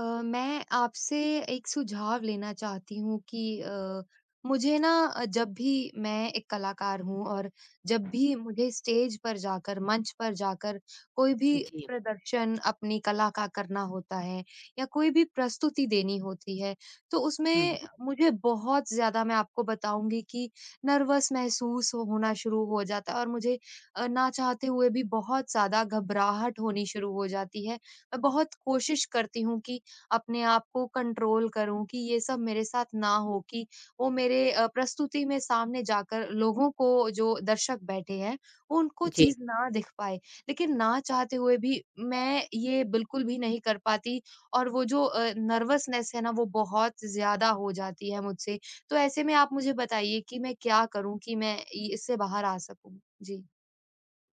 मैं आपसे एक सुझाव लेना चाहती हूँ कि मुझे ना जब भी मैं एक कलाकार हूँ और जब भी मुझे स्टेज पर जाकर मंच पर जाकर कोई भी जी। प्रदर्शन अपनी कला का करना होता है या कोई भी प्रस्तुति देनी होती है तो हुँ, उसमें हुँ। मुझे बहुत ज्यादा मैं आपको बताऊंगी कि नर्वस होना शुरू हो जाता है और मुझे ना चाहते हुए भी बहुत ज्यादा घबराहट होनी शुरू हो जाती है। मैं बहुत कोशिश करती हूँ कि अपने आप को कंट्रोल करूँ कि ये सब मेरे साथ ना हो, कि वो मेरे प्रस्तुति में सामने जाकर लोगों को, जो दर्शक बैठे हैं, उनको जी, चीज़ ना दिख पाए। लेकिन ना चाहते हुए भी मैं ये बिल्कुल भी नहीं कर पाती और वो जो नर्वसनेस है ना वो बहुत ज़्यादा हो जाती है मुझसे। तो ऐसे में आप मुझे बताइए कि मैं क्या करूँ कि मैं इ इससे बाहर आ सकूँ? जी।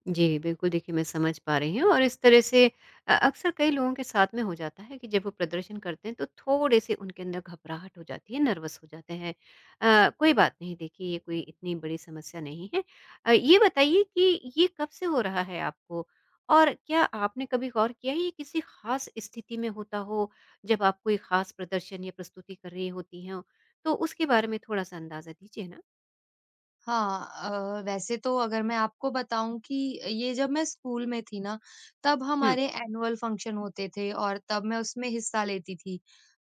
जी, बिल्कुल देखिए मैं समझ पा रही हूँ और इस तरह से अक्सर कई लोगों के साथ में हो जाता है कि जब वो प्रदर्शन करते हैं तो थोड़े-से उनके अंदर घबराहट हो जाती है, नर्वस हो जाते हैं। कोई बात नहीं देखिए ये कोई इतनी बड़ी समस्या नहीं है। ये बताइए कि ये कब से हो रहा है आपको? और क्या आपने कभी गौर किया है ये किसी ख़ास स्थिति में होता हो, जब आप कोई ख़ास प्रदर्शन या प्रस्तुति कर रही होती हों? तो उसके बारे में थोड़ा-सा अंदाज़ा दीजिए ना? हाँ, वैसे तो अगर मैं आपको बताऊं कि ये जब मैं स्कूल में थी ना, तब हुँ, हमारे एनुअल फंक्शन होते थे और तब मैं उसमें हिस्सा लेती थी।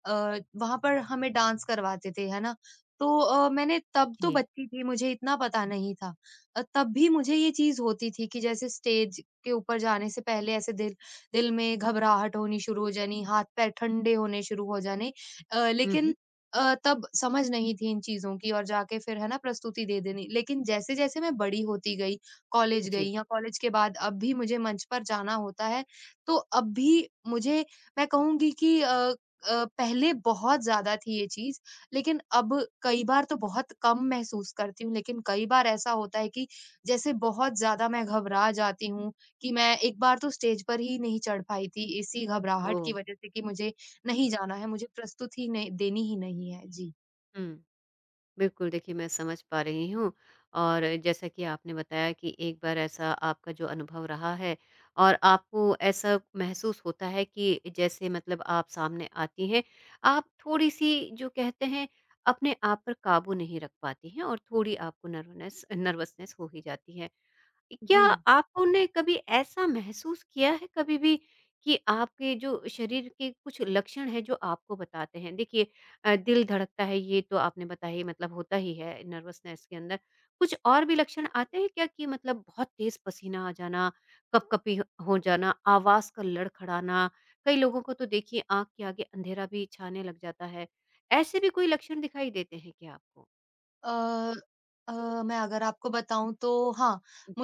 अः वहां पर हमें डांस करवाते थे है ना। तो मैंने तब तो जी। बच्ची थी, मुझे इतना पता नहीं था। तब भी मुझे ये चीज होती थी कि जैसे स्टेज के ऊपर जाने से पहले ऐसे दिल दिल में घबराहट होनी शुरू हो जानी, हाथ पैर ठंडे होने शुरू हो जाने। अ, हुँ, हुँ। लेकिन तब समझ नहीं थी इन चीज़ों की और जाके फिर है ना प्रस्तुति दे देनी। लेकिन जैसे-जैसे मैं बड़ी होती गई, कॉलेज जी। गई या कॉलेज के बाद अब भी मुझे मंच पर जाना होता है, तो अब भी मुझे, मैं कहूँगी कि पहले बहुत ज़्यादा थी ये चीज़, लेकिन अब कई बार तो बहुत कम महसूस करती हूँ, लेकिन कई बार ऐसा होता है कि जैसे बहुत ज़्यादा मैं घबरा जाती हूँ। कि मैं एक बार तो स्टेज पर ही नहीं चढ़ पाई थी, इसी घबराहट ओह! की वज़ह से कि मुझे नहीं जाना है, मुझे प्रस्तुति ही नहीं देनी ही नहीं है। जी। हुँ। बिल्कुल, देखिए मैं समझ पा रही हूँ और जैसा कि आपने बताया कि एक बार ऐसा आपका जो अनुभव रहा है और आपको ऐसा महसूस होता है कि जैसे मतलब आप सामने आती हैं, आप थोड़ी-सी जो कहते हैं अपने आप पर काबू नहीं रख पाती हैं और थोड़ी आपको नर्वनेस नर्वसनेस हो ही जाती है। क्या जी। आपने कभी ऐसा महसूस किया है कभी भी कि आपके जो शरीर के कुछ लक्षण हैं जो आपको बताते हैं देखिए, दिल धड़कता है ये तो आपने बताया ही मतलब होता ही है नर्वसनेस के अंदर कुछ और भी लक्षण आते हैं क्या कि मतलब बहुत तेज पसीना आ जाना, कपकपी हो जाना, आवाज का लड़खड़ाना, कई लोगों को तो देखिए आंख के आगे अंधेरा भी छाने लग जाता है, ऐसे भी कोई लक्षण दिखाई देते हैं क्या आपको? अ मैं अगर आपको बताऊँ तो हाँ,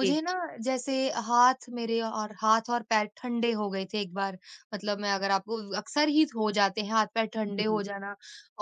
जी। ना, जैसे हाथ और पैर ठंडे हो गए थे एक बार। मतलब मैं अगर आपको, अक्सर ही हो जाते हैं हाथ-पैर ठंडे हो हम्म। जाना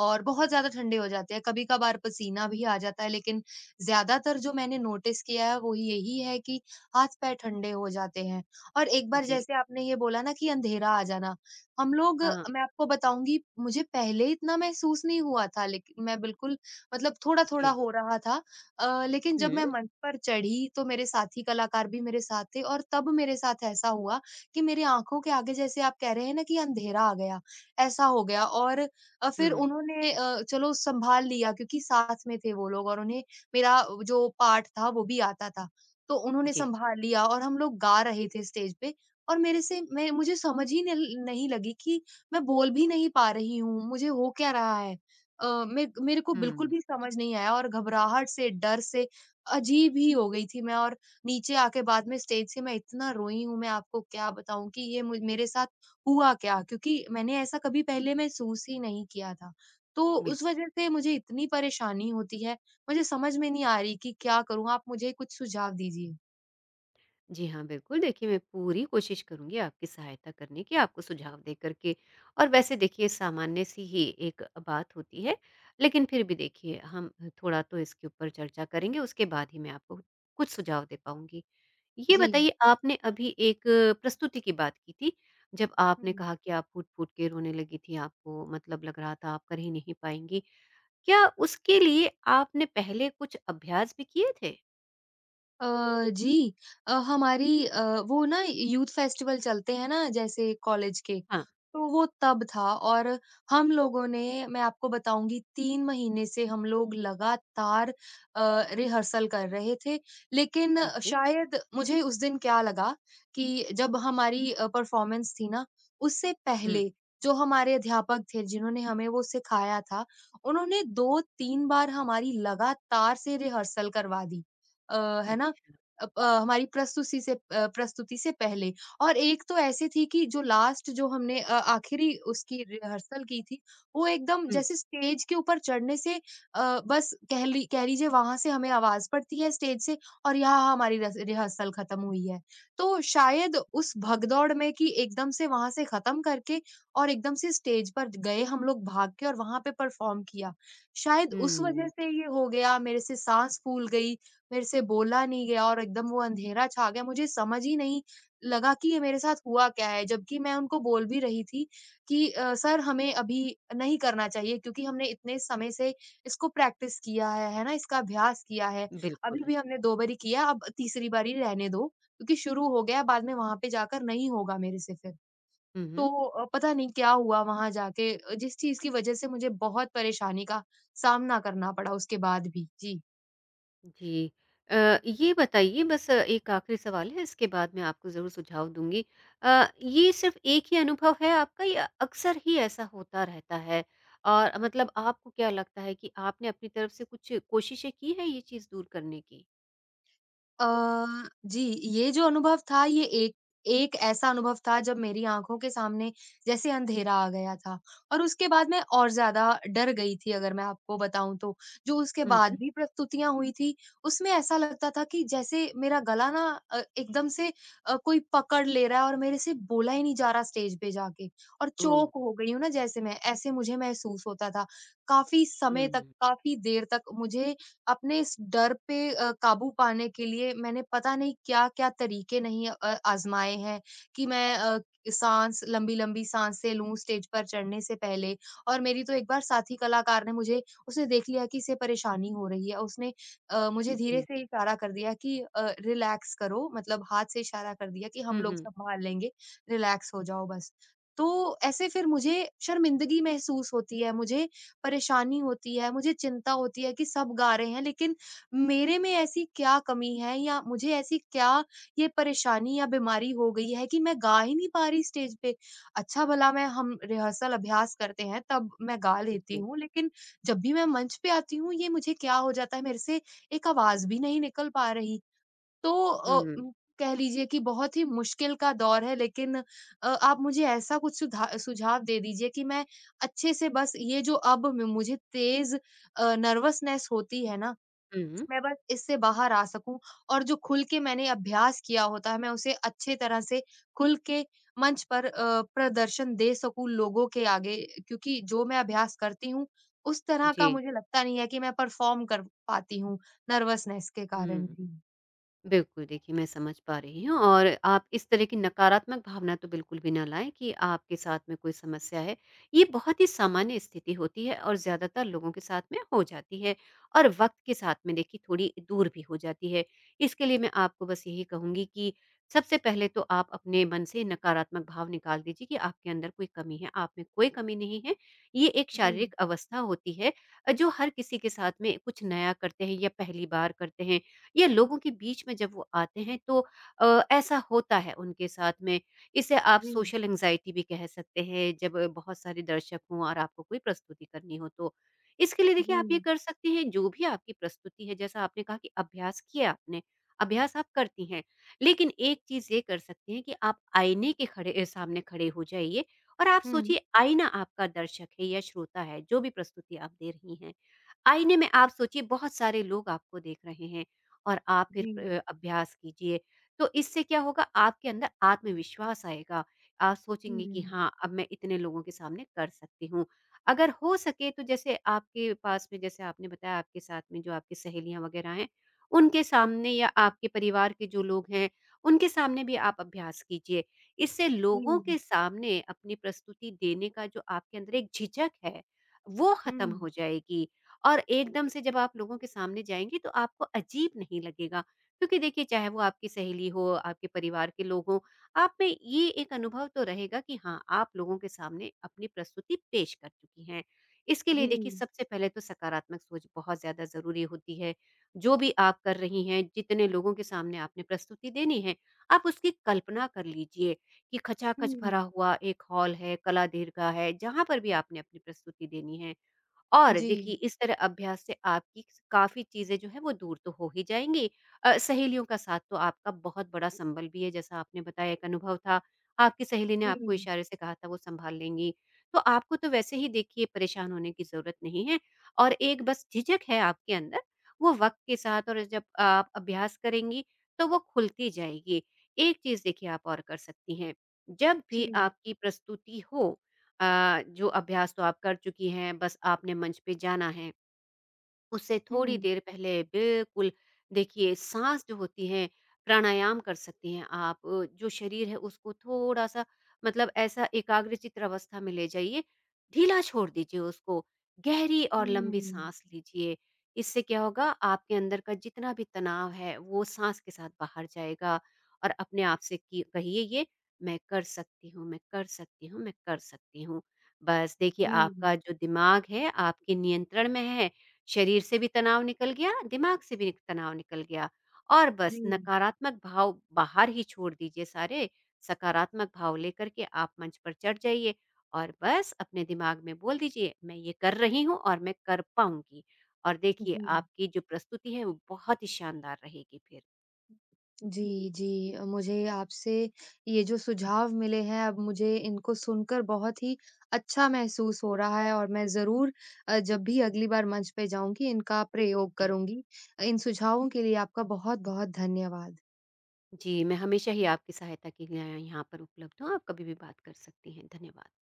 और बहुत ज़्यादा ठंडे हो जाते हैं। कभी-कभार पसीना भी आ जाता है लेकिन ज़्यादातर जो मैंने नोटिस किया है वो यही है कि हाथ-पैर ठंडे हो जाते हैं। और एक बार जी। जैसे आपने ये बोला ना कि अंधेरा आ जाना, हम लोग, हाँ। मैं आपको बताऊँगी मुझे पहले इतना महसूस नहीं हुआ था लेकिन मैं बिल्कुल, मतलब थोड़ा-थोड़ा जी। हो रहा था। लेकिन जब हम्म। मैं मंच पर चढ़ी तो मेरे साथी कलाकार भी मेरे साथ थे और तब मेरे साथ ऐसा हुआ कि मेरी आँखों के आगे जैसे आप कह रहे हैं ना कि अंधेरा आ गया, ऐसा हो गया और फिर हम्म। उन्होंने चलो सँभाल लिया क्योंकि साथ में थे वो लोग और उन्हें मेरा जो पार्ट था वो भी आता था। तो उन्होंने जी। सँभाल लिया और हम लोग गा रहे थे स्टेज पे। और मेरे से, मैं, मुझे समझ ही नल नहीं लगी कि मैं बोल भी नहीं पा रही हूँ, मुझे हो क्या रहा है? अ, मे मेरे को बिल्कुल हुँ, भी समझ नहीं आया और घबराहट से, डर से अजीब ही हो गई थी मैं। और नीचे आके बाद में स्टेज से मैं इतना रोई हूँ, मैं आपको क्या बताऊँ कि ये मुझ मेरे साथ हुआ क्या? क्योंकि मैंने ऐसा कभी पहले महसूस ही नहीं किया था। तो बिल्क उस वज़ह से मुझे इतनी परेशानी होती है, मुझे समझ में नहीं आ रही कि क्या करूँ? आप मुझे कुछ सुझाव दीजिए। जी हाँ, बिल्कुल देखिए मैं पूरी कोशिश करूँगी आपकी सहायता करने की, आपको सुझाव दे कर के। और वैसे देखिए सामान्य सी ही एक बात होती है, लेकिन फिर भी देखिए हम थोड़ा तो इसके ऊपर चर्चा करेंगे, उसके बाद ही मैं आपको कुछ सुझाव दे पाऊँगी। ये जी। बताइए आपने अभी एक प्रस्तुति की बात की थी, जब आपने कहा कि आप फूट-फूट के रोने लगी थी, आपको मतलब लग रहा था आप कर ही नहीं पाएँगी। क्या उसके लिए आपने पहले कुछ अभ्यास भी किए थे? जी। हमारी वो ना यूथ फेस्टिवल चलते हैं ना जैसे कॉलेज के, हाँ। तो वो तब था। और हम लोगों ने, मैं आपको बताऊँगी, 3 महीने से हम लोग लगातार रिहर्सल कर रहे थे। लेकिन ठीक है। शायद मुझे उस दिन क्या लगा कि जब हमारी परफॉर्मेंस थी ना, उससे हुँ। पहले जो हमारे अध्यापक थे जिन्होंने हमें वो सिखाया था, उन्होंने 2-3 बार हमारी लगातार से रिहर्सल करवा दी। है ना? अच्छ हमारी प्रस्तुति से पहले और एक तो ऐसी थी कि जो लास्ट जो हमने अ, आखिरी उसकी रिहर्सल की थी, वो एकदम हुँ, जैसे स्टेज के ऊपर चढ़ने से बस कह लीजिए वहाँ से हमें आवाज़ पड़ती है स्टेज से, और यहाँ हमारी रस रिहर्सल खत्म हुई है। तो शायद उस भगदौड़ में कि एकदम से वहाँ से खत्म करके और एकदम से स्टेज पर गए हम लोग भाग के और वहाँ पे परफ़ॉर्म किया। शायद उस वजह हुँ, से ये हो गया, मेरे से साँस फूल गई, मेरे से बोला नहीं गया और एकदम वो अंधेरा छा गया। मुझे समझ ही नहीं लगा कि ये मेरे साथ हुआ क्या है? जबकि मैं उनको बोल भी रही थी कि सर हमें अभी नहीं करना चाहिए क्योंकि हमने इतने समय से इसको प्रैक्टिस किया है ना? इसका अभ्यास किया है। अभी बिल्कुल। भी हमने 2 बारी किया, अब तीसरी बारी रहने दो क्योंकि शुरू हो गया, बाद में वहाँ पे जाकर नहीं होगा मेरे से फिर। हुँ, हुँ, तो पता नहीं क्या हुआ वहाँ जाके, जिस चीज़ की वज़ह से मुझे बहुत परेशानी का सामना करना पड़ा उसके बाद भी। जी। जी। अ, ये बताइए बस एक आखिरी सवाल है इसके बाद मैं आपको ज़रूर सुझाव दूँगी। ये सिर्फ़ एक ही अनुभव है आपका या अक्सर ही ऐसा होता रहता है? और मतलब आपको क्या लगता है कि आपने अपनी तरफ से कुछ कोशिशें की हैं ये चीज़ दूर करने की? जी, ये जो अनुभव था ये एक एक ऐसा अनुभव था जब मेरी आँखों के सामने जैसे अंधेरा आ गया था और उसके बाद मैं और ज़्यादा डर गई थी, अगर मैं आपको बताऊँ तो। जो उसके हुँ, बाद हुँ। भी प्रस्तुतियाँ हुई थी, उसमें ऐसा लगता था कि जैसे मेरा गला ना एकदम से कोई पकड़ ले रहा है और मेरे से बोला ही नहीं जा रहा स्टेज पे जाके, और ओह! चोक हो गई हूँ ना जैसे मैं, ऐसे मुझे महसूस होता था। काफ़ी समय हुँ, तक, हुँ। काफ़ी देर तक मुझे अपने इस डर पे काबू पाने के लिए मैंने पता नहीं क्या-क्या तरीके नहीं आज़माए हैं कि मैं अ, साँस लंबी-लंबी साँसें लूँ स्टेज पर चढ़ने से पहले। और मेरी तो एक बार साथी कलाकार ने मुझे, उसने देख लिया कि इसे परेशानी हो रही है। उसने मुझे धीरे जी। से इशारा कर दिया कि रिलैक्स करो, मतलब हाथ से इशारा कर दिया कि हम हुँ, लोग हुँ। सँभाल लेंगे, रिलैक्स हो जाओ बस। तो ऐसे फिर मुझे शर्मिंदगी महसूस होती है, मुझे परेशानी होती है, मुझे चिंता होती है कि सब गा रहे हैं लेकिन मेरे में ऐसी क्या कमी है या मुझे ऐसी क्या ये परेशानी या बीमारी हो गई है कि मैं गा ही नहीं पा रही स्टेज पे। अच्छा भला मैं, हम रिहर्सल अभ्यास करते हैं तब मैं गा लेती जी। हूँ, लेकिन जब भी मैं मंच पे आती हूँ ये मुझे क्या हो जाता है, मेरे से एक आवाज़ भी नहीं निकल पा रही। तो हुँ, हुँ, कह लीजिए कि बहुत ही मुश्किल का दौर है। लेकिन आप मुझे ऐसा कुछ सुधा सुझाव दे दीजिए कि मैं अच्छे से, बस ये जो अब म मुझे तेज़ नर्वसनेस होती है ना, हुँ। मैं बस इससे बाहर आ सकूँ और जो खुल के मैंने अभ्यास किया होता है, मैं उसे अच्छे तरह से खुल के मंच पर प्रदर्शन दे सकूँ लोगों के आगे। क्योंकि जो मैं अभ्यास करती हूँ, उस तरह का जी। मुझे लगता नहीं है कि मैं परफ़ॉर्म कर पाती हूँ नर्वसनेस के कारण। हुँ। जी। बिल्कुल, देखिए मैं समझ पा रही हूँ और आप इस तरह की नकारात्मक भावना तो बिल्कुल भी ना लाएँ कि आपके साथ में कोई समस्या है। ये बहुत ही सामान्य स्थिति होती है और ज़्यादातर लोगों के साथ में हो जाती है और वक़्त के साथ में देखिए थोड़ी दूर भी हो जाती है। इसके लिए मैं आपको बस यही कहूँगी कि सबसे पहले तो आप अपने मन से नकारात्मक भाव निकाल दीजिए कि आपके अंदर कोई कमी है, आप में कोई कमी नहीं है। ये एक जी। शारीरिक अवस्था होती है जो हर किसी के साथ में कुछ नया करते हैं या पहली बार करते हैं या लोगों के बीच में जब वो आते हैं तो ऐसा होता है उनके साथ में। इसे आप जी, सोशल एंग्जायटी भी कह सकते हैं जब बहुत सारे दर्शक हों और आपको कोई प्रस्तुति करनी हो तो। इसके लिए देखिए आप ये जी। कर सकते हैं, जो भी आपकी प्रस्तुति है जैसा आपने कहा कि अभ्यास किया आपने, अभ्यास आप करती हैं। लेकिन एक चीज़ ये कर सकते हैं कि आप आईने के सामने खड़े हो जाइए और आप हुँ। सोचिए आईना आपका दर्शक है या श्रोता है, जो भी प्रस्तुति आप दे रही हैं। आईने में आप सोचिए बहुत सारे लोग आपको देख रहे हैं। और आप फिर जी, अभ्यास कीजिए। तो इससे क्या होगा, आपके अंदर आत्मविश्वास आएगा। आप सोचेंगे कि हुँ, हाँ, अब मैं इतने लोगों के सामने कर सकती हूँ। अगर हो सके तो जैसे आपके पास में जैसे आपने बताया आपके साथ में जो आपकी सहेलियाँ वगैरह हैं, उनके सामने या आपके परिवार के जो लोग हैं, उनके सामने भी आप अभ्यास कीजिए। इससे लोगों जी, के सामने अपनी प्रस्तुति देने का जो आपके अंदर एक झिझक है, वो खत्म हुँ, हो जाएगी और एकदम से जब आप लोगों के सामने जाएँगी तो आपको अजीब नहीं लगेगा। क्योंकि देखिए चाहे वो आपकी सहेली हो, आपके परिवार के लोग हों, आप में ये एक अनुभव तो रहेगा कि हाँ, आप लोगों के सामने अपनी प्रस्तुति पेश कर चुकी हैं। इसके लिए देखिए जी, सबसे पहले तो सकारात्मक सोच बहुत ज़्यादा ज़रूरी होती है। जो भी आप कर रही हैं, जितने लोगों के सामने आपने प्रस्तुति देनी है, आप उसकी कल्पना कर लीजिए कि खचाखच भरा हुँ, हुआ एक हॉल है, कला दीर्घा है, जहाँ पर भी आपने अपनी प्रस्तुति देनी है। और देखिए जी, इस तरह अभ्यास से आपकी काफ़ी चीज़ें जो हैं वो दूर तो हो ही जाएँगी। सहेलियों का साथ तो आपका बहुत बड़ा संबल भी है, जैसा आपने बताया एक अनुभव था, आपकी सहेली ने आपको जी, इशारे से कहा था वो सँभाल लेंगी। तो आपको तो वैसे ही देखिए परेशान होने की ज़रूरत नहीं है और एक बस झिझक है आपके अंदर, वो वक़्त के साथ और जब आप अभ्यास करेंगी तो वो खुलती जाएगी। एक चीज़ देखिए आप और कर सकती हैं, जब भी जी, आपकी प्रस्तुति हो, जो अभ्यास तो आप कर चुकी हैं बस आपने मंच पे जाना है। उससे थोड़ी हुँ, देर पहले बिल्कुल देखिए साँस जो होती है, प्राणायाम कर सकती हैं आप। जो शरीर है उसको थोड़ा-सा मतलब ऐसा एकाग्रचित्त अवस्था में ले जाइए, ढीला छोड़ दीजिए उसको, गहरी और लंबी हुँ, साँस लीजिए। इससे क्या होगा, आपके अंदर का जितना भी तनाव है वो साँस के साथ बाहर जाएगा और अपने आप से कि कहिए ये, मैं कर सकती हूँ, मैं कर सकती हूँ, मैं कर सकती हूँ। बस देखिए जी, आपका जो दिमाग है आपके नियंत्रण में है, शरीर से भी तनाव निकल गया, दिमाग से भी तनाव निकल गया और जी, बस नकारात्मक भाव बाहर ही छोड़ दीजिए सारे, सकारात्मक भाव लेकर के आप मंच पर चढ़ जाइए और बस अपने दिमाग में बोल दीजिए, मैं ये कर रही हूँ और मैं कर पाऊँगी और देखिए जी। आपकी जो प्रस्तुति है वो बहुत ही शानदार रहेगी फिर। जी, जी मुझे आपसे ये जो सुझाव मिले हैं अब मुझे इनको सुनकर बहुत ही अच्छा महसूस हो रहा है और मैं ज़रूर जब भी अगली बार मंच पे जाऊँगी इनका प्रयोग जी। करूँगी। इन सुझावों के लिए आपका बहुत-बहुत धन्यवाद। जी, मैं हमेशा ही आपकी सहायता के लिए यहाँ पर उपलब्ध हूँ, आप कभी भी बात कर सकती हैं। धन्यवाद।